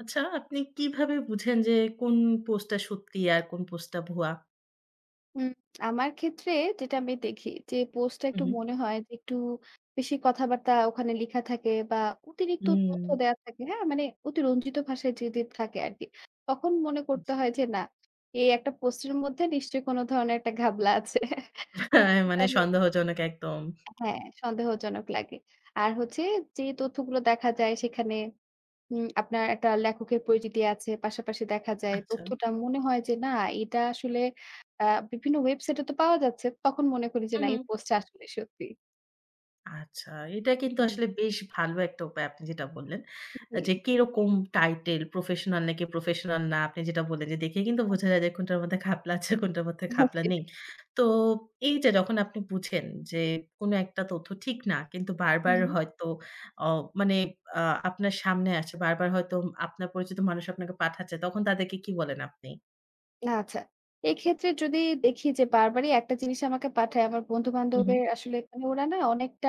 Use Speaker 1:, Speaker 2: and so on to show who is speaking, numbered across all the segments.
Speaker 1: আচ্ছা, আপনি কিভাবে বুঝেন যে কোন পোস্টটা সত্যি আর কোন পোস্টটা ভুয়া?
Speaker 2: হুম, আমার ক্ষেত্রে যেটা আমি দেখি যে পোস্টটা
Speaker 1: হু,
Speaker 2: একটু
Speaker 1: হু।
Speaker 2: মনে হয় যে একটু বেশি কথাবার্তা ওখানে লেখা থাকে বা অতিরিক্ত
Speaker 1: হুম।
Speaker 2: তথ্য দেয়া থাকে, হ্যাঁ? মানে অতিরঞ্জিত ভাষায় যদি থাকে আরকি। তখন মনে করতে
Speaker 1: জি।
Speaker 2: হয় যে না, এই একটা পোস্টের মধ্যে নিশ্চয়ই কোনো ধরনের একটা ঘাবলা আছে। তো
Speaker 1: হ্যাঁ, মানে
Speaker 2: একটুখানি
Speaker 1: সন্দেহজনক একদম।
Speaker 2: হ্যাঁ, সন্দেহজনক লাগে। আর হচ্ছে যে তথ্যগুলো দেখা যায় সেখানে আপনার একটা লেখকের পরিচিতি আছে। পাশাপাশি দেখা যায়
Speaker 1: আচ্ছা।
Speaker 2: তথ্যটা মনে হয় যে না এটা আসলে আ বিভিন্ন ওয়েবসাইটে তো পাওয়া যাচ্ছে। তখন মনে করি যে
Speaker 1: হু,
Speaker 2: না
Speaker 1: হু।
Speaker 2: এই পোস্টটা আসলে সত্যি।
Speaker 1: আচ্ছা, এটা কিন্তু
Speaker 2: হুম।
Speaker 1: আসলে বেশ ভালো একটা উপায় আপনি যেটা বললেন।
Speaker 2: জি।
Speaker 1: যে কিরকম টাইটেল প্রফেশনাল নাকি প্রফেশনাল না, আপনি যেটা বললেন যে দেখেই কিন্তু বোঝা যায় যে কোনটার মধ্যে ঘাপলা আছে, কোনটার মধ্যে
Speaker 2: আচ্ছা।
Speaker 1: ঘাপলা
Speaker 2: সেটাই।
Speaker 1: নেই। তো এই যে যখন আপনি বুঝেন যে কোনো একটা তথ্য ঠিক না, কিন্তু
Speaker 2: হুম।
Speaker 1: বারবার হয়তো অ মানে আ আপনার সামনে আসছে, বারবার হয়তো আপনার পরিচিত মানুষ আপনাকে পাঠাচ্ছে, তখন তাদেরকে কি বলেন আপনি?
Speaker 2: আচ্ছা। এক্ষেত্রে যদি দেখি যে বারবারই একটা জিনিস আমাকে পাঠায় আমার
Speaker 1: হু, হু।
Speaker 2: বন্ধু-বান্ধবের আসলে মানে ওরা না অনেকটা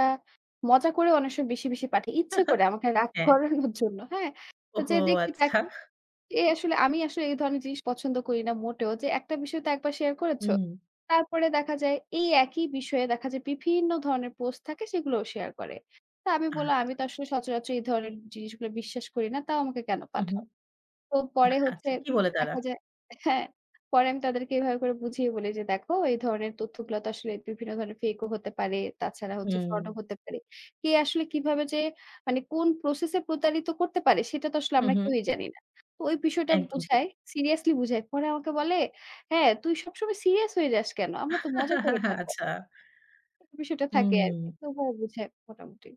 Speaker 2: মজা করে অনেক সময় বেশি, বেশি পাঠায়। ইচ্ছে করে আমাকে রাগ
Speaker 1: হ্যাঁ।
Speaker 2: করানোর জন্য। হ্যাঁ? তো যে
Speaker 1: ওহো!
Speaker 2: দেখি
Speaker 1: আচ্ছা।
Speaker 2: তাকে এ আসলে আমি আসলে এই ধরনের জিনিস পছন্দ করি না মোটেও। যে একটা বিষয় তো একবার শেয়ার করেছ।
Speaker 1: হুম।
Speaker 2: তারপরে দেখা যায় এই একই বিষয়ে দেখা যায় বিভিন্ন ধরনের পোস্ট থাকে সেগুলোও শেয়ার করে। তা আমি
Speaker 1: আ
Speaker 2: বললাম, "আমি তো আসলে সচরাচর এই ধরনের জিনিসগুলো বিশ্বাস করি না। তাও আমাকে কেন
Speaker 1: উহু।
Speaker 2: পাঠাও?" তো পরে হচ্ছে
Speaker 1: আচ্ছা, কি বলে তারা?
Speaker 2: দেখা যায় হ্যাঁ, পরে আমি তাদেরকে এভাবে করে বুঝিয়ে বলি যে, "দেখো এই ধরনের তথ্যগুলা তো আসলে বিভিন্ন ধরনের ফেক ও হতে পারে, তাছাড়া হচ্ছে
Speaker 1: হুম।
Speaker 2: ফ্রড ও হতে পারে। কে আসলে কিভাবে যে মানে কোন প্রসেস এ প্রতারিত করতে পারে সেটা তো আসলে
Speaker 1: হুম,
Speaker 2: আমরা
Speaker 1: হুম।
Speaker 2: কেউই জানি না।" তো ওই বিষয়টা
Speaker 1: একদম ঠিক।
Speaker 2: বুঝাই, সিরিয়াসলি বুঝাই। পরে আমাকে বলে, "হ্যাঁ, তুই সবসময় সিরিয়াস হয়ে যাস কেন? আমরা তো মজা করে পাঠাই।"
Speaker 1: আচ্ছা।
Speaker 2: এই বিষয়টা থাকে আরকি। তো
Speaker 1: হুম।
Speaker 2: ওভাবে বুঝাই মোটামুটি।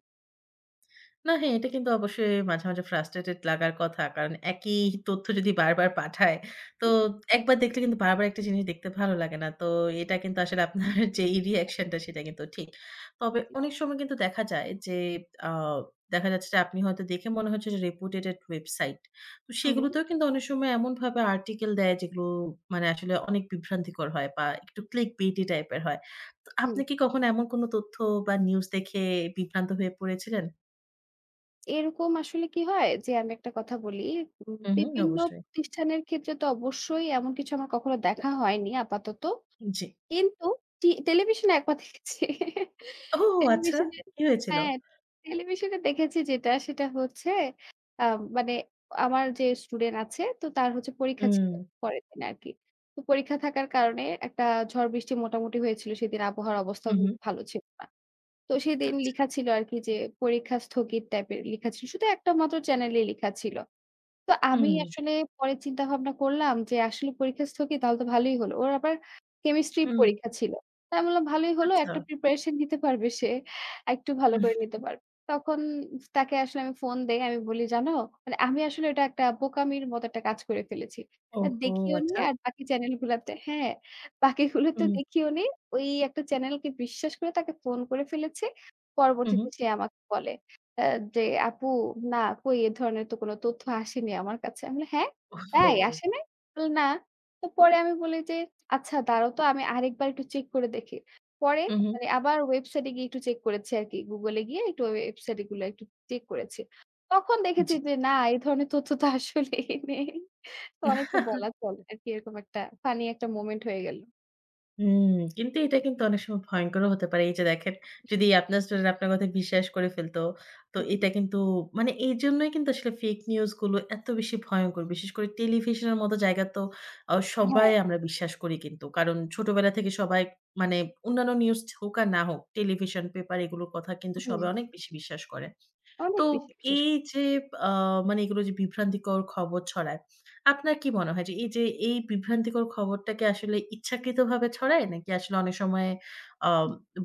Speaker 1: না, হ্যাঁ, এটা কিন্তু অবশ্যই মাঝে, মাঝে ফ্রাস্ট্রেটেড লাগার কথা। কারণ একই তথ্য যদি বারবার পাঠায়, তো
Speaker 2: জি।
Speaker 1: একবার দেখলে কিন্তু বারবার একটা জিনিস দেখতে ভালো লাগে না। তো এটা কিন্তু আসলে আপনার যেই রিঅ্যাকশন টা সেটা কিন্তু ঠিক। তবে অনেক সময় কিন্তু দেখা যায় যে, আ দেখা যাচ্ছে যে আপনি হয়তো দেখে মনে হচ্ছে যে রেপুটেটেড ওয়েবসাইট। তো
Speaker 2: হুম,
Speaker 1: সেগুলোতেও কিন্তু অনেক সময় এমনভাবে আর্টিকেল দেয় যেগুলো মানে আসলে অনেক বিভ্রান্তিকর হয় বা একটু ক্লিক বেইটি টাইপের হয়। তো
Speaker 2: হুম।
Speaker 1: আপনি কি কখনো এমন কোনো তথ্য বা নিউজ দেখে বিভ্রান্ত হয়ে পড়েছিলেন?
Speaker 2: এরকম আসলে কি হয় যে আমি একটা কথা বলি,
Speaker 1: হুম, হুম,
Speaker 2: বিভিন্ন
Speaker 1: অবশ্যই।
Speaker 2: প্রতিষ্ঠানের ক্ষেত্রে তো অবশ্যই এমন কিছু আমার কখনো দেখা হয়নি আপাতত।
Speaker 1: জি।
Speaker 2: কিন্তু টেলিভিশনে একবার দেখেছি।
Speaker 1: ও আচ্ছা,
Speaker 2: টেলিভিশনে
Speaker 1: কি হয়েছিল?
Speaker 2: হ্যাঁ, টেলিভিশনে দেখেছি যেটা সেটা হচ্ছে আ মানে আমার যে স্টুডেন্ট আছে তো তার হচ্ছে পরীক্ষা
Speaker 1: হুম,
Speaker 2: ছিল পরের দিন আরকি। তো পরীক্ষা থাকার কারণে একটা ঝড় বৃষ্টি মোটামুটি হয়েছিল সেদিন আবহাওয়ার অবস্থাও
Speaker 1: হুম, হুম।
Speaker 2: কিন্তু ভালো ছিল না। তো সেদিন
Speaker 1: আচ্ছা।
Speaker 2: লিখা ছিল আরকি যে পরীক্ষা স্থগিত টাইপের লিখা ছিল। শুধু একটা মাত্র চ্যানেলেই লিখা ছিল। তো আমি
Speaker 1: হুম,
Speaker 2: আসলে পরে চিন্তা ভাবনা করলাম যে আসলে পরীক্ষা স্থগিত, তাহলে তো ভালোই হলো। ওর আবার কেমিস্ট্রি
Speaker 1: হুম,
Speaker 2: পরীক্ষা ছিল। তো আমি বললাম ভালোই হলো
Speaker 1: আচ্ছা।
Speaker 2: একটা প্রিপারেশন নিতে পারবে সে। একটু ভালো করে নিতে পারবে। তখন তাকে আসলে আমি ফোন দেই। আমি বলি জানো মানে আমি আসলে এটা একটা বোকামির মতো একটা কাজ করে ফেলেছি।
Speaker 1: ওহো!
Speaker 2: দেখিওনি
Speaker 1: আচ্ছা।
Speaker 2: আর বাকি চ্যানেল গুলাতে হ্যাঁ, বাকিগুলোতে
Speaker 1: হুম,
Speaker 2: দেখিওনি। ওই একটা চ্যানেলকে বিশ্বাস করে তাকে ফোন করে ফেলেছি।
Speaker 1: হুম, হুম।
Speaker 2: পরবর্তীতে সে আমাকে বলে অ্যা যে, "আপু না কই এ ধরনের তো কোনো তথ্য আসেনি আমার কাছে।" আমি বলি, "হ্যাঁ?
Speaker 1: ওহো!
Speaker 2: তাই আসে নাই?" বলে, "না।" তো পরে আমি বলি যে, "আচ্ছা দাঁড়াও তো আমি আরেকবার একটু চেক করে দেখি।" পরে
Speaker 1: হুম, হুম।
Speaker 2: মানে আবার ওয়েবসাইটে গিয়ে একটু চেক করেছি আরকি। Google এ গিয়ে একটু ওয়েবসাইট গুলো একটু চেক করেছি। তখন দেখেছি
Speaker 1: জি।
Speaker 2: যে না এই ধরনের তথ্য তো আসলেই নেই। তো অনেকটা বলা চলে আরকি এরকম একটা ফানি একটা মোমেন্ট হয়ে গেল।
Speaker 1: হুম, কিন্তু এটা কিন্তু অনেক সময় ভয়ংকরও হতে পারে। এই যে দেখেন, যদি আপনার স্টুডেন্ট আপনার কথা বিশ্বাস করে ফেলতো, তো
Speaker 2: জি,
Speaker 1: এটা কিন্তু মানে এইজন্যই কিন্তু আসলে ফেক নিউজ গুলো এত বেশি ভয়ংকর। বিশেষ করে টেলিভিশনের মতো জায়গা তো সবাই
Speaker 2: হ্যাঁ,
Speaker 1: আমরা বিশ্বাস করি কিন্তু। কারণ ছোটবেলা থেকে সবাই মানে অন্যান্য নিউজ হোক আর না হোক, টেলিভিশন, পেপার এগুলোর কথা কিন্তু
Speaker 2: হুম।
Speaker 1: সবাই অনেক বেশি বিশ্বাস করে। তো
Speaker 2: অনেক বেশি বিশেষ
Speaker 1: এই যে আ মানে এগুলো যে বিভ্রান্তিকর খবর ছড়ায়, আপনার কি মনে হয় যে এই যে এই বিভ্রান্তিকর খবরটাকে আসলে ইচ্ছাকৃতভাবে ছড়ায়, নাকি আসলে অনেক সময় আ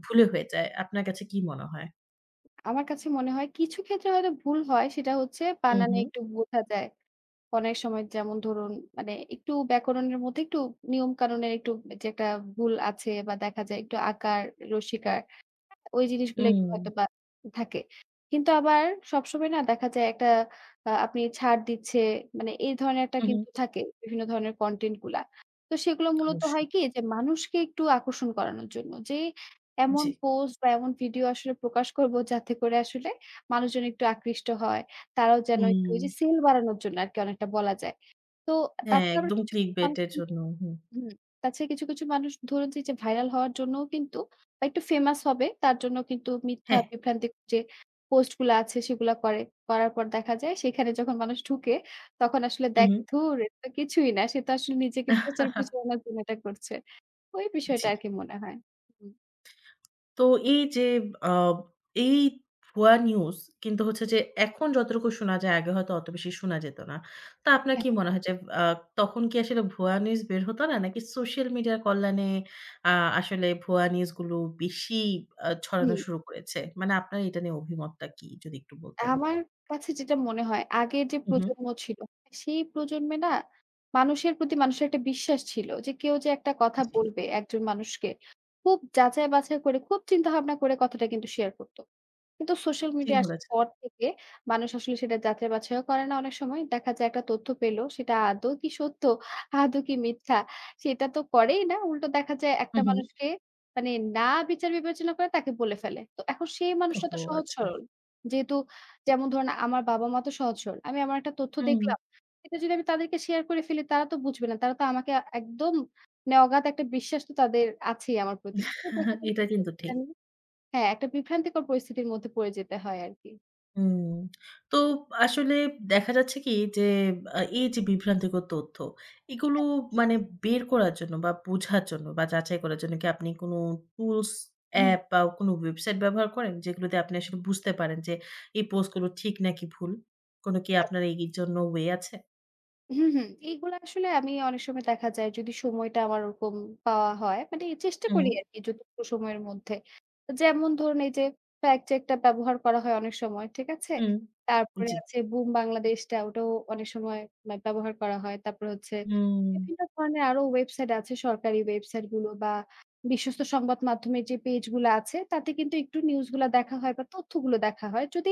Speaker 1: ভুলে হয়ে যায়? আপনার কাছে কি মনে হয়?
Speaker 2: আমার কাছে মনে হয় কিছু ক্ষেত্রে হয়তো ভুল হয় সেটা হচ্ছে
Speaker 1: হুম,
Speaker 2: বানানে
Speaker 1: হুম।
Speaker 2: একটু বোঝা যায়। অনেক সময় যেমন ধরুন মানে একটু ব্যাকরণের মধ্যে একটু নিয়ম কানুনের একটু যে একটা ভুল আছে বা দেখা যায় একটু আকার, রসিকার ওই জিনিসগুলো একটু
Speaker 1: উম
Speaker 2: হয়তোবা থাকে। কিন্তু আবার সবসময় না দেখা যায় একটা আপনি ছাড় দিচ্ছে মানে এই ধরনের একটা
Speaker 1: হু, হু।
Speaker 2: কিন্তু থাকে বিভিন্ন ধরনের কনটেন্ট গুলা। তো সেগুলো মূলত হয়
Speaker 1: অবশ্যই।
Speaker 2: কি যে মানুষকে একটু আকর্ষণ করানোর জন্য যে এমন
Speaker 1: জি।
Speaker 2: পোস্ট বা এমন ভিডিও আসলে প্রকাশ করব যাতে করে আসলে মানুষজন একটু আকৃষ্ট হয়। তারাও যেন একটু ওই
Speaker 1: হুম।
Speaker 2: যে সেল বাড়ানোর জন্য আরকি অনেকটা বলা যায়। তো
Speaker 1: হ্যাঁ,
Speaker 2: তাছাড়া আবার
Speaker 1: একদম
Speaker 2: কিছু
Speaker 1: clickbait
Speaker 2: মানুষ
Speaker 1: এর জন্য। হুম।
Speaker 2: হুম। তাছাড়া কিছু, কিছু মানুষ ধরুন যে, যে ভাইরাল হওয়ার জন্যও কিন্তু বা একটু ফেমাস হবে তার জন্য কিন্তু মিথ্যা
Speaker 1: হ্যাঁ।
Speaker 2: বিভ্রান্তিক যে পোস্ট গুলা আছে সেগুলা করে। করার পর দেখা যায় সেখানে যখন মানুষ ঢুকে তখন আসলে
Speaker 1: হু, হু।
Speaker 2: দেখে ধুর এটা তো কিছুই না। সে তো আসলে নিজেকে প্রচার প্রচারণার জন্য এটা করছে। ওই বিষয়টা
Speaker 1: জি।
Speaker 2: আরকি মনে হয়। হুম।
Speaker 1: তো এই যে আ এই ভুয়া নিউজ কিন্তু হচ্ছে যে এখন যতটুকু শোনা যায়, আগে হয়তো অত বেশি শোনা যেত না। তো আপনার
Speaker 2: হ্যাঁ,
Speaker 1: কি
Speaker 2: হ্যাঁ।
Speaker 1: মনে হয় যে আ তখন কি আসলে ভুয়া নিউজ বের হতো না? নাকি সোশ্যাল মিডিয়ার কল্যাণে আ আসলে ভুয়া নিউজগুলো বেশি ছড়ানো
Speaker 2: হুম।
Speaker 1: শুরু করেছে? মানে আপনার এটা নিয়ে অভিমতটা কি যদি একটু বলতেন?
Speaker 2: আমার কাছে যেটা মনে হয় আগের যে
Speaker 1: হু, হু।
Speaker 2: প্রজন্ম ছিল, সেই প্রজন্মে না মানুষের প্রতি মানুষের একটা বিশ্বাস ছিল যে কেউ যে একটা কথা
Speaker 1: জি,
Speaker 2: বলবে একজন মানুষকে খুব যাচাই বাছাই করে খুব চিন্তা ভাবনা করে কথাটা কিন্তু শেয়ার করত। কিন্তু সোশ্যাল
Speaker 1: ঠিক
Speaker 2: মিডিয়া আসার
Speaker 1: বলেছেন।
Speaker 2: পর থেকে মানুষ আসলে সেটা যাচাই বাছাইও করে না অনেক সময়। দেখা যায় একটা তথ্য পেল সেটা আদৌ কি সত্য, আদৌ কি মিথ্যা সেটা তো করেই না। উল্টো দেখা যায়
Speaker 1: হু,
Speaker 2: একটা
Speaker 1: হু।
Speaker 2: মানুষকে মানে না বিচার বিবেচনা করে তাকে বলে ফেলে। তো এখন সেই মানুষটা তো
Speaker 1: ওহো!
Speaker 2: সহজ
Speaker 1: আচ্ছা।
Speaker 2: সরল। যেহেতু যেমন ধরুন আমার বাবা-মা তো সহজ সরল। আমি আমার একটা তথ্য
Speaker 1: হুম।
Speaker 2: দেখলাম। এটা যদি আমি তাদেরকে শেয়ার করে ফেলি তারা তো বুঝবে না। তারা তো আমাকে একদম মানে অগাধ একটা বিশ্বাস তো তাদের আছেই আমার প্রতি। তো দেখা যায়
Speaker 1: এটা কিন্তু ঠিক।
Speaker 2: হ্যাঁ, একটা বিভ্রান্তিকর পরিস্থিতির মধ্যে পড়ে যেতে হয় আরকি।
Speaker 1: হুম, তো আসলে দেখা যাচ্ছে কি যে এই যে বিভ্রান্তিকর তথ্য, এগুলো
Speaker 2: হ্যাঁ,
Speaker 1: মানে বের করার জন্য বা বোঝার জন্য বা যাচাই করার জন্য কি আপনি কোনো টুলস,
Speaker 2: হুম।
Speaker 1: অ্যাপ বা কোনো ওয়েবসাইট ব্যবহার করেন? যেগুলোতে আপনি আসলে বুঝতে পারেন যে এই পোস্টগুলো ঠিক নাকি ভুল? কোনো কি
Speaker 2: হ্যাঁ,
Speaker 1: আপনার এর জন্য ওয়ে আছে?
Speaker 2: হুম, হুম। এইগুলা আসলে আমি অনেক সময় দেখা যায় যদি সময়টা আমার ওরকম পাওয়া হয়, মানে চেষ্টা
Speaker 1: হুম,
Speaker 2: করি আরকি যতটুকু সময়ের মধ্যে। যেমন ধরুন এই যে fact check টা ব্যবহার করা হয় অনেক সময়, ঠিক আছে?
Speaker 1: হুম।
Speaker 2: তারপরে
Speaker 1: জি।
Speaker 2: আছে বুম বাংলাদেশটা ওটাও অনেক সময় ব্যবহার করা হয়। তারপর হচ্ছে
Speaker 1: হুম।
Speaker 2: বিভিন্ন ধরনের আরো ওয়েবসাইট আছে সরকারি ওয়েবসাইট গুলো বা বিশ্বস্ত সংবাদ মাধ্যমের যে পেজ গুলা আছে তাতে কিন্তু একটু নিউজ গুলা দেখা হয় বা তথ্যগুলো দেখা হয়। যদি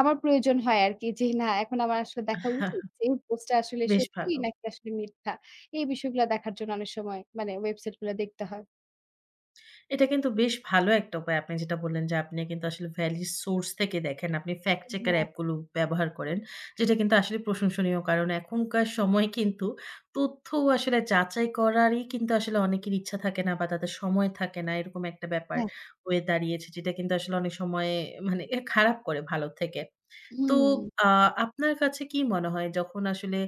Speaker 2: আমার প্রয়োজন হয় আরকি যে না এখন আমার আসলে দেখা উচিত যে এই পোস্টটা আসলে
Speaker 1: বেশ
Speaker 2: সত্যি
Speaker 1: ভালো।
Speaker 2: নাকি আসলে মিথ্যা। এই বিষয়গুলা দেখার জন্য অনেক সময় মানে ওয়েবসাইট গুলা দেখতে হয়।
Speaker 1: এটা কিন্তু বেশ ভালো একটা উপায়। আপনি যেটা বললেন যে, আপনি কিন্তু আসলে ভ্যালিড সোর্স থেকে দেখেন। আপনি ফ্যাক্ট চেকার
Speaker 2: হ্যাঁ।
Speaker 1: অ্যাপগুলো ব্যবহার করেন। যেটা কিন্তু আসলে প্রশংসনীয়। কারণ এখনকার সময় কিন্তু তথ্য আসলে যাচাই করারই কিন্তু আসলে অনেকের ইচ্ছা থাকে না বা তাদের সময় থাকে না। এরকম একটা ব্যাপার
Speaker 2: হ্যাঁ,
Speaker 1: হয়ে দাঁড়িয়েছে। যেটা কিন্তু আসলে অনেক সময় মানে এ খারাপ করে ভালো থেকে। তো
Speaker 2: হুম।
Speaker 1: আ আপনার কাছে কি মনে হয় যখন আসলে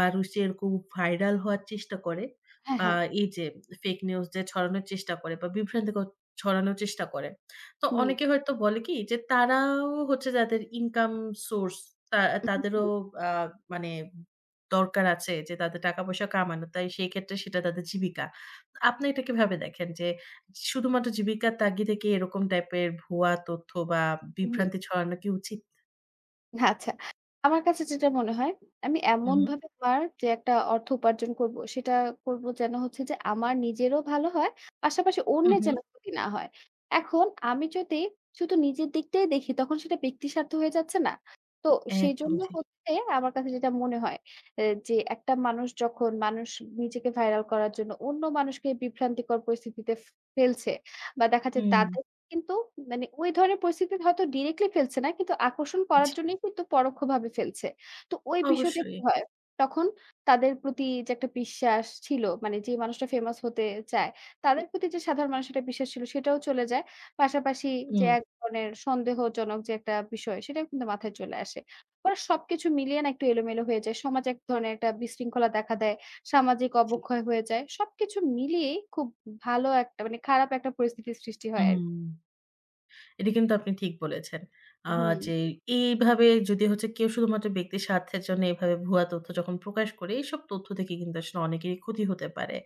Speaker 1: মানুষ যে এরকম ভাইরাল হওয়ার চেষ্টা করে,
Speaker 2: হ্যাঁ,
Speaker 1: আ
Speaker 2: হ্যাঁ।
Speaker 1: এই যে ফেক নিউজ যে ছড়ানোর চেষ্টা করে বা বিভ্রান্তিকর ছড়ানোর চেষ্টা করে। তো
Speaker 2: জি।
Speaker 1: অনেকে হয়তো বলে কি যে তারাও হচ্ছে যাদের ইনকাম সোর্স তা
Speaker 2: হুম,
Speaker 1: তাদেরও আ মানে দরকার আছে যে তাদের টাকা-পয়সা কামানো। তাই সেই ক্ষেত্রে সেটা তাদের জীবিকা। আপনি এটা কিভাবে দেখেন যে শুধুমাত্র জীবিকার তাগিদে কি এরকম টাইপের ভুয়া তথ্য বা
Speaker 2: হুম।
Speaker 1: বিভ্রান্তি ছড়ানো কি উচিত?
Speaker 2: না, আচ্ছা। আমার কাছে যেটা মনে হয়, আমি
Speaker 1: হু, হু।
Speaker 2: এমনভাবে আমার যে একটা অর্থ উপার্জন করব, সেটা করব যেন হচ্ছে যে আমার নিজেরও ভালো হয়, পাশাপাশি
Speaker 1: হুম,
Speaker 2: অন্যের
Speaker 1: হুম।
Speaker 2: যেন ক্ষতি না হয়। এখন আমি যদি শুধু নিজের দিকটাই দেখি, তখন সেটা ব্যক্তিস্বার্থ হয়ে যাচ্ছে না? তো
Speaker 1: একদম
Speaker 2: সেজন্য
Speaker 1: ঠিক।
Speaker 2: হচ্ছে আমার কাছে যেটা মনে হয় এ যে একটা মানুষ যখন মানুষ নিজেকে ভাইরাল করার জন্য অন্য মানুষকে বিভ্রান্তিকর পরিস্থিতিতে ফেলছে বা দেখা যায়
Speaker 1: হুম,
Speaker 2: তাদের কিন্তু মানে ওই ধরনের পরিস্থিতিতে হয়তো ডিরেক্টলি ফেলছে না। কিন্তু আকর্ষণ করার
Speaker 1: জি,
Speaker 2: জন্যই কিন্তু পরোক্ষভাবে ফেলছে। তো ওই বিষয়টা কি
Speaker 1: অবশ্যই।
Speaker 2: হয়? তখন তাদের প্রতি যে একটা বিশ্বাস ছিল, মানে যে মানুষটা ফেমাস হতে চায়, তাদের প্রতি যে সাধারণ মানুষের একটা বিশ্বাস ছিল সেটাও চলে যায়। পাশাপাশি যে
Speaker 1: হুম,
Speaker 2: এক ধরনের সন্দেহজনক যে একটা বিষয় সেটাও কিন্তু মাথায় চলে আসে। পরে সবকিছু মিলিয়ে না একটু এলোমেলো হয়ে যায়। সমাজে এক ধরনের একটা বিশৃঙ্খলা দেখা দেয়, সামাজিক
Speaker 1: জি,
Speaker 2: অবক্ষয় হয়ে যায়। সবকিছু মিলিয়েই খুব ভালো একটা মানে খারাপ একটা পরিস্থিতির সৃষ্টি হয়
Speaker 1: হুম।
Speaker 2: আরকি।
Speaker 1: এটা কিন্তু আপনি ঠিক বলেছেন। আ
Speaker 2: হুম,
Speaker 1: যে এইভাবে যদি হচ্ছে কেউ শুধুমাত্র ব্যক্তির স্বার্থের জন্য এভাবে ভুয়া তথ্য যখন প্রকাশ করে, এইসব তথ্য থেকে কিন্তু আসলে অনেকেরই ক্ষতি হতে পারে।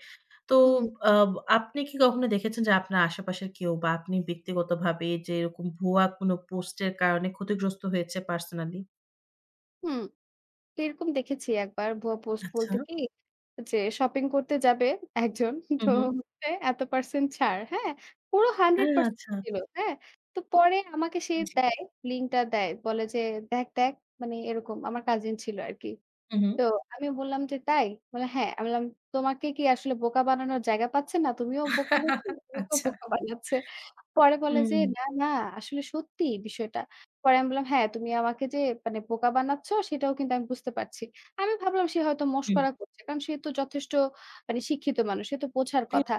Speaker 1: তো
Speaker 2: হুম,
Speaker 1: আ আপনি কি কখনো দেখেছেন যে আপনার আশেপাশের কেউ বা আপনি ব্যক্তিগতভাবে যে এরকম ভুয়া কোনো পোস্টের কারণে ক্ষতিগ্রস্ত হয়েছে পার্সোনালি?
Speaker 2: হুম। তো এরকম দেখেছি একবার ভুয়া পোস্ট
Speaker 1: আচ্ছা।
Speaker 2: বলতে কি যে শপিং করতে যাবে একজন তো
Speaker 1: হুম, হুম।
Speaker 2: হচ্ছে এত পার্সেন্ট ছাড়, হ্যাঁ? পুরো
Speaker 1: হ্যাঁ,
Speaker 2: 100%
Speaker 1: আচ্ছা।
Speaker 2: ছিল, হ্যাঁ? তো পরে আমাকে সে
Speaker 1: জি।
Speaker 2: দেয় লিঙ্কটা দেয়। বলে যে, "দেখ, দেখ" মানে এরকম আমার কাজিন ছিল আরকি।
Speaker 1: হুম, হুম।
Speaker 2: তো আমি বললাম যে, "তাই?" বলল, "হ্যাঁ।" আমি বললাম, "তোমাকে কি আসলে বোকা বানানোর জায়গা পাচ্ছে না? তুমিও বোকা হচ্ছ, তোমাকেও
Speaker 1: আচ্ছা।
Speaker 2: বোকা বানাচ্ছে।" পরে বলে যে,
Speaker 1: হুম,
Speaker 2: "না, না আসলে সত্যি বিষয়টা।" পরে আমি বললাম, "হ্যাঁ, তুমি আমাকে যে মানে বোকা বানাচ্ছ সেটাও কিন্তু আমি বুঝতে পারছি।" আমি ভাবলাম সে হয়তো
Speaker 1: হুম।
Speaker 2: মশকরা করছে। কারণ সে তো যথেষ্ট মানে শিক্ষিত মানুষ। সে তো বোঝার কথা।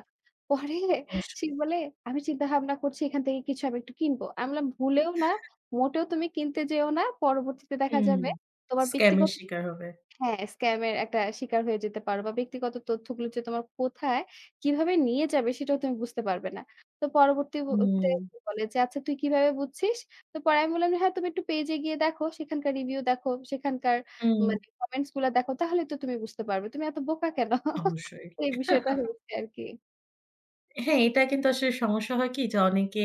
Speaker 2: পরে
Speaker 1: অবশ্যই।
Speaker 2: সে বলে, "আমি চিন্তা ভাবনা করছি এখান থেকে কিছু আমি একটু কিনবো।" আমি বললাম, "ভুলেও না, মোটেও তুমি কিনতে যেও না। পরবর্তীতে দেখা
Speaker 1: হুম।
Speaker 2: যাবে তোমার
Speaker 1: স্ক্যাম এর
Speaker 2: ব্যক্তিগত
Speaker 1: শিকার হবে।
Speaker 2: হ্যাঁ, স্ক্যামের একটা শিকার হয়ে যেতে পারো বা ব্যক্তিগত তথ্যগুলো যে তোমার কোথায় কিভাবে নিয়ে যাবে সেটাও তুমি বুঝতে পারবে না। তো পরবর্তী তে
Speaker 1: হুম,
Speaker 2: বলে যে, "আচ্ছা তুই কিভাবে বুঝছিস?" তো পরে আমি বললাম যে, "হ্যাঁ, তুমি একটু পেজে গিয়ে দেখো, সেখানকার রিভিউ দেখো, সেখানকার
Speaker 1: হুম।
Speaker 2: মানে কমেন্টস গুলা দেখো তাহলে তো তুমি বুঝতে পারবে। তুমি এত বোকা কেন?"
Speaker 1: অবশ্যই।
Speaker 2: তো এই বিষয়টা হয়েছে আরকি।
Speaker 1: হ্যাঁ, এটা কিন্তু আসলে সমস্যা হয় কি যে অনেকে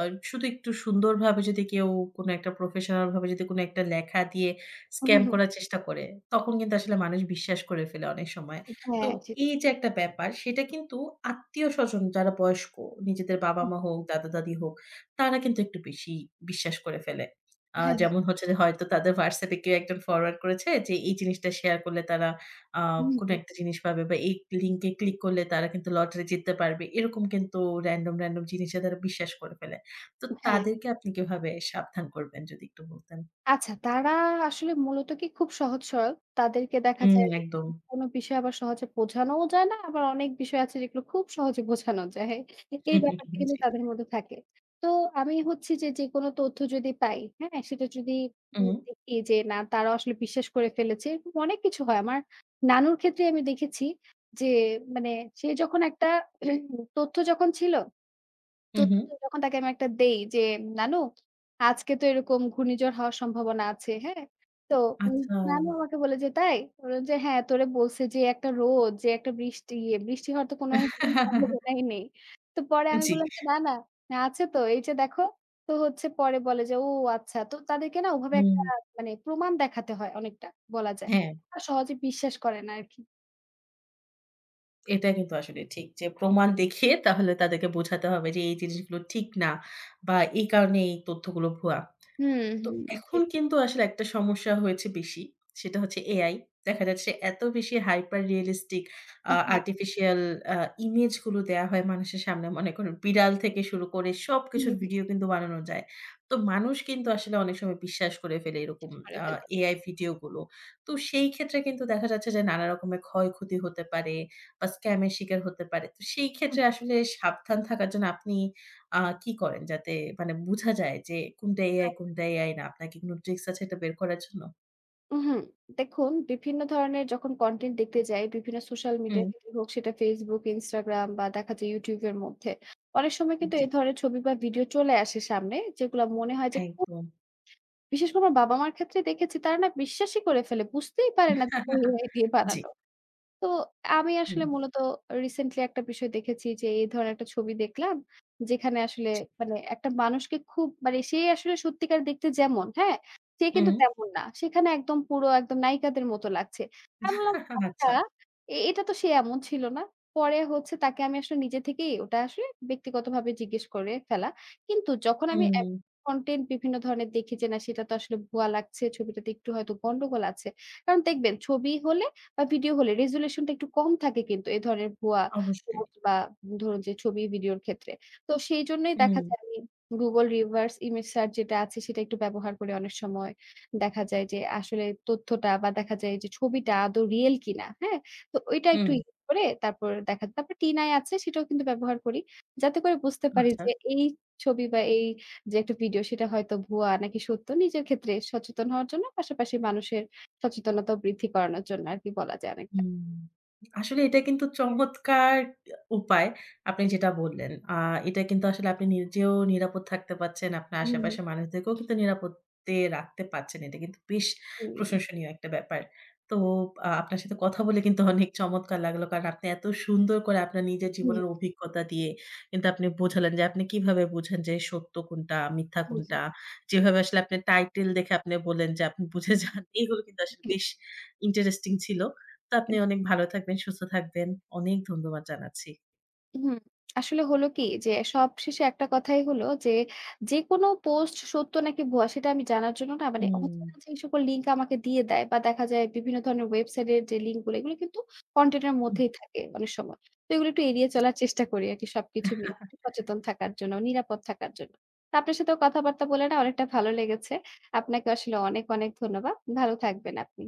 Speaker 1: আ শুধু একটু সুন্দরভাবে যদি কেউ কোনো একটা প্রফেশনাল ভাবে যদি কোনো একটা লেখা দিয়ে স্ক্যাম করার চেষ্টা করে, তখন কিন্তু আসলে মানুষ বিশ্বাস করে ফেলে অনেক সময়। তো
Speaker 2: হ্যাঁ,
Speaker 1: এই যে
Speaker 2: সেটাই।
Speaker 1: একটা ব্যাপার সেটা কিন্তু আত্মীয়স্বজন যারা বয়স্ক, নিজেদের
Speaker 2: হ্যাঁ,
Speaker 1: বাবা-মা হোক, দাদা-দাদি হোক, তারা কিন্তু একটু বেশি বিশ্বাস করে ফেলে।
Speaker 2: হ্যাঁ, হ্যাঁ।
Speaker 1: যেমন হচ্ছে যে হয়তো তাদের WhatsApp এ কেউ একজন ফরওয়ার্ড করেছে যে এই জিনিসটা শেয়ার করলে তারা আ
Speaker 2: হুম,
Speaker 1: কোনো
Speaker 2: হুম।
Speaker 1: একটা জিনিস পাবে বা এই লিঙ্কে ক্লিক করলে তারা কিন্তু লটারি জিততে পারবে। এরকম কিন্তু র‍্যান্ডম, র‍্যান্ডম জিনিসে তারা বিশ্বাস করে ফেলে। তো
Speaker 2: হ্যাঁ।
Speaker 1: তাদেরকে আপনি কিভাবে সাবধান করবেন যদি একটু বলতেন?
Speaker 2: আচ্ছা, তারা আসলে মূলত কি খুব সহজ সরল। তাদেরকে দেখা হুম। যায়
Speaker 1: একদম।
Speaker 2: মানে কোনো বিষয় আবার সহজে বোঝানোও যায় না, আবার অনেক বিষয় আছে যেগুলো খুব সহজে বোঝানো যায়। এই ব্যাপারটা কিন্তু তাদের মধ্যে থাকে। তো আমি হচ্ছে যে, যেকোনো তথ্য যদি পাই, হ্যাঁ? সেটা যদি
Speaker 1: হুম,
Speaker 2: দেখি যে না তারা আসলে বিশ্বাস করে ফেলেছে, এরকম অনেক কিছু হয়। আমার নানুর ক্ষেত্রে আমি দেখেছি যে মানে সে যখন একটা তথ্য যখন ছিল
Speaker 1: হুম, হুম, জি। হু,
Speaker 2: তথ্য
Speaker 1: হু।
Speaker 2: তো যখন তাকে আমি একটা দেই যে, "নানু আজকে তো এরকম ঘূর্ণিঝড় হওয়ার সম্ভাবনা আছে।" হ্যাঁ? তো উম
Speaker 1: আচ্ছা।
Speaker 2: নানু আমাকে বলে যে, "তাই?" আমি বললাম যে, "হ্যাঁ, তোরে বলছে যে একটা রোদ, যে একটা বৃষ্টি, ইয়ে, বৃষ্টি হওয়ার তো কোনো সেরকম সম্ভাবনাই নেই।" তো পরে আমি
Speaker 1: জি।
Speaker 2: বললাম যে, "না, না, আছে তো এই যে দেখো।" তো হচ্ছে পরে বলে যে, "ও আচ্ছা।" তো তাদেরকে না ওভাবে একটা
Speaker 1: উম
Speaker 2: মানে প্রমাণ দেখাতে হয় অনেকটা বলা যায়।
Speaker 1: হ্যাঁ,
Speaker 2: আর সহজে বিশ্বাস করে না আরকি।
Speaker 1: এটা কিন্তু আসলে ঠিক। যে প্রমাণ দেখিয়ে তাহলে তাদেরকে বোঝাতে হবে যে এই জিনিসগুলো ঠিক না বা এই কারণে এই তথ্যগুলো ভুয়া।
Speaker 2: হুম,
Speaker 1: তো
Speaker 2: হুম।
Speaker 1: এখন
Speaker 2: সেটাই।
Speaker 1: কিন্তু আসলে একটা সমস্যা হয়েছে বেশি। সেটা হচ্ছে AI। দেখা যাচ্ছে এত বেশি হাইপার রিয়ালিস্টিক
Speaker 2: হ্যাঁ,
Speaker 1: আর্টিফিশিয়াল আ ইমেজ গুলো দেয়া হয় মানুষের সামনে। মনে করেন বিড়াল থেকে শুরু করে
Speaker 2: হুম,
Speaker 1: সবকিছুর
Speaker 2: হুম।
Speaker 1: ভিডিও কিন্তু বানানো যায়। তো মানুষ কিন্তু আসলে অনেক সময় বিশ্বাস করে ফেলে এরকম
Speaker 2: শেষ করে
Speaker 1: আ
Speaker 2: ফেলে।
Speaker 1: AI ভিডিও গুলো। তো সেই ক্ষেত্রে কিন্তু দেখা যাচ্ছে যে নানা রকমের ক্ষয়ক্ষতি হতে পারে বা স্ক্যাম এর শিকার হতে পারে। তো সেই
Speaker 2: হুম।
Speaker 1: ক্ষেত্রে আসলে সাবধান থাকার জন্য আপনি আ কি করেন? যাতে মানে বুঝা যায় যে কোনটা AI,
Speaker 2: হ্যাঁ।
Speaker 1: কোনটা AI না। আপনার কি কোন ট্রিকস আছে এটা বের করার জন্য?
Speaker 2: উহুম। দেখুন বিভিন্ন ধরনের যখন কনটেন্ট দেখতে যাই, বিভিন্ন সোশ্যাল
Speaker 1: হুম,
Speaker 2: মিডিয়া ক্ষেত্রে হোক সেটা Facebook, Instagram বা দেখা যায় YouTube এর মধ্যে। অনেক সময় কিন্তু
Speaker 1: জি,
Speaker 2: এই ধরনের ছবি বা ভিডিও চলে আসে সামনে। যেগুলা মনে হয় যে খুব
Speaker 1: একদম।
Speaker 2: বিশেষ করে আমার বাবা-মার ক্ষেত্রে দেখেছি তারা না বিশ্বাসই করে ফেলে। বুঝতেই পারে না যে এটা AI দিয়ে
Speaker 1: জি,
Speaker 2: বানানো। তো আমি আসলে
Speaker 1: হুম,
Speaker 2: মূলত রিসেন্টলি একটা বিষয় দেখেছি যে এই ধরনের একটা ছবি দেখলাম। যেখানে আসলে
Speaker 1: জি,
Speaker 2: মানে একটা মানুষকে খুব মানে সে আসলে সত্যিকার দেখতে যেমন, হ্যাঁ? সে কিন্তু
Speaker 1: হুম।
Speaker 2: তেমন না। সেখানে একদম পুরো একদম নায়িকাদের মতো লাগছে। আমি বললাম আচ্ছা
Speaker 1: আচ্ছা।
Speaker 2: এ এটা তো সে এমন ছিল না। পরে হচ্ছে তাকে আমি আসলে নিজে থেকেই ওটা আসলে ব্যক্তিগতভাবে জিজ্ঞেস করে ফেলা। কিন্তু যখন আমি এ
Speaker 1: হুম,
Speaker 2: কনটেন্ট বিভিন্ন ধরনের দেখি যে না সেটা তো আসলে ভুয়া লাগছে। ছবিটাতে একটু হয়তো গন্ডগোল আছে। কারণ দেখবেন ছবি হলে বা ভিডিও হলে রেজোলিউশন টা একটু কম থাকে কিন্তু এ ধরনের ভুয়া
Speaker 1: অবশ্যই।
Speaker 2: পোস্ট বা ধরুন যে ছবি ভিডিওর ক্ষেত্রে। তো সেইজন্যই দেখা
Speaker 1: হুম,
Speaker 2: যায় আমি Google reverse image search যেটা আছে সেটা একটু ব্যবহার করে অনেক সময় দেখা যায় যে আসলে তথ্যটা বা দেখা যায় যে ছবিটা আদৌ রিয়েল কিনা, হ্যাঁ? তো ওইটা
Speaker 1: হুম,
Speaker 2: একটু ইউজ করে তারপর দেখা তারপর TinEye আছে সেটাও কিন্তু ব্যবহার করি। যাতে করে বুঝতে পারি
Speaker 1: আচ্ছা।
Speaker 2: যে এই ছবি বা এই যে একটা ভিডিও সেটা হয়তো ভুয়া নাকি সত্য নিজের ক্ষেত্রে সচেতন হওয়ার জন্য পাশাপাশি মানুষের সচেতনতা বৃদ্ধি করানোর জন্য আরকি বলা যায় অনেকটা।
Speaker 1: হুম। আসলে এটা কিন্তু চমৎকার উপায় আপনি যেটা বললেন। এটা কিন্তু আসলে আপনি নিজেও নিরাপদ থাকতে পারছেন। আপনার
Speaker 2: হুম, হুম।
Speaker 1: আশেপাশের মানুষদেরকেও কিন্তু নিরাপদে রাখতে পারছেন। এটা কিন্তু বেশ প্রশংসনীয় একটা ব্যাপার। তো আপনার সাথে কথা বলে কিন্তু অনেক চমৎকার লাগলো। কারণ আপনি এত সুন্দর করে আপনার নিজের
Speaker 2: হুম,
Speaker 1: জীবনের অভিজ্ঞতা দিয়ে কিন্তু আপনি বোঝালেন যে আপনি কিভাবে বুঝেন যে সত্য কোনটা, মিথ্যা
Speaker 2: হুম,
Speaker 1: কোনটা। যেভাবে আসলে আপনি টাইটেল দেখে আপনি বললেন যে আপনি বুঝে যান। এগুলো কিন্তু আসলে
Speaker 2: জি।
Speaker 1: বেশ ইন্টারেস্টিং ছিল। তো আপনি অনেক ভালো থাকবেন, সুস্থ থাকবেন। অনেক ধন্যবাদ জানাচ্ছি।
Speaker 2: হুম, আসলে হলো কি যে সবশেষে একটা কথাই হলো যে, যেকোনো পোস্ট সত্য নাকি ভুয়া সেটা আমি জানার জন্য না মানে
Speaker 1: হুম।
Speaker 2: অচেনা যে সকল লিঙ্ক আমাকে দিয়ে দেয় বা দেখা যায় বিভিন্ন ধরনের ওয়েবসাইটের যে লিঙ্ক গুলো এগুলো কিন্তু কনটেন্ট এর
Speaker 1: হুম।
Speaker 2: মধ্যেই থাকে অনেক সময়। তো এগুলো একটু এড়িয়ে চলার চেষ্টা করি আরকি সবকিছু মিলে একটু সচেতন থাকার জন্য, নিরাপদ থাকার জন্য। তো আপনার সাথেও কথাবার্তা বলে না অনেকটা ভালো লেগেছে। আপনাকে আসলে অনেক, অনেক ধন্যবাদ। ভালো থাকবেন আপনি।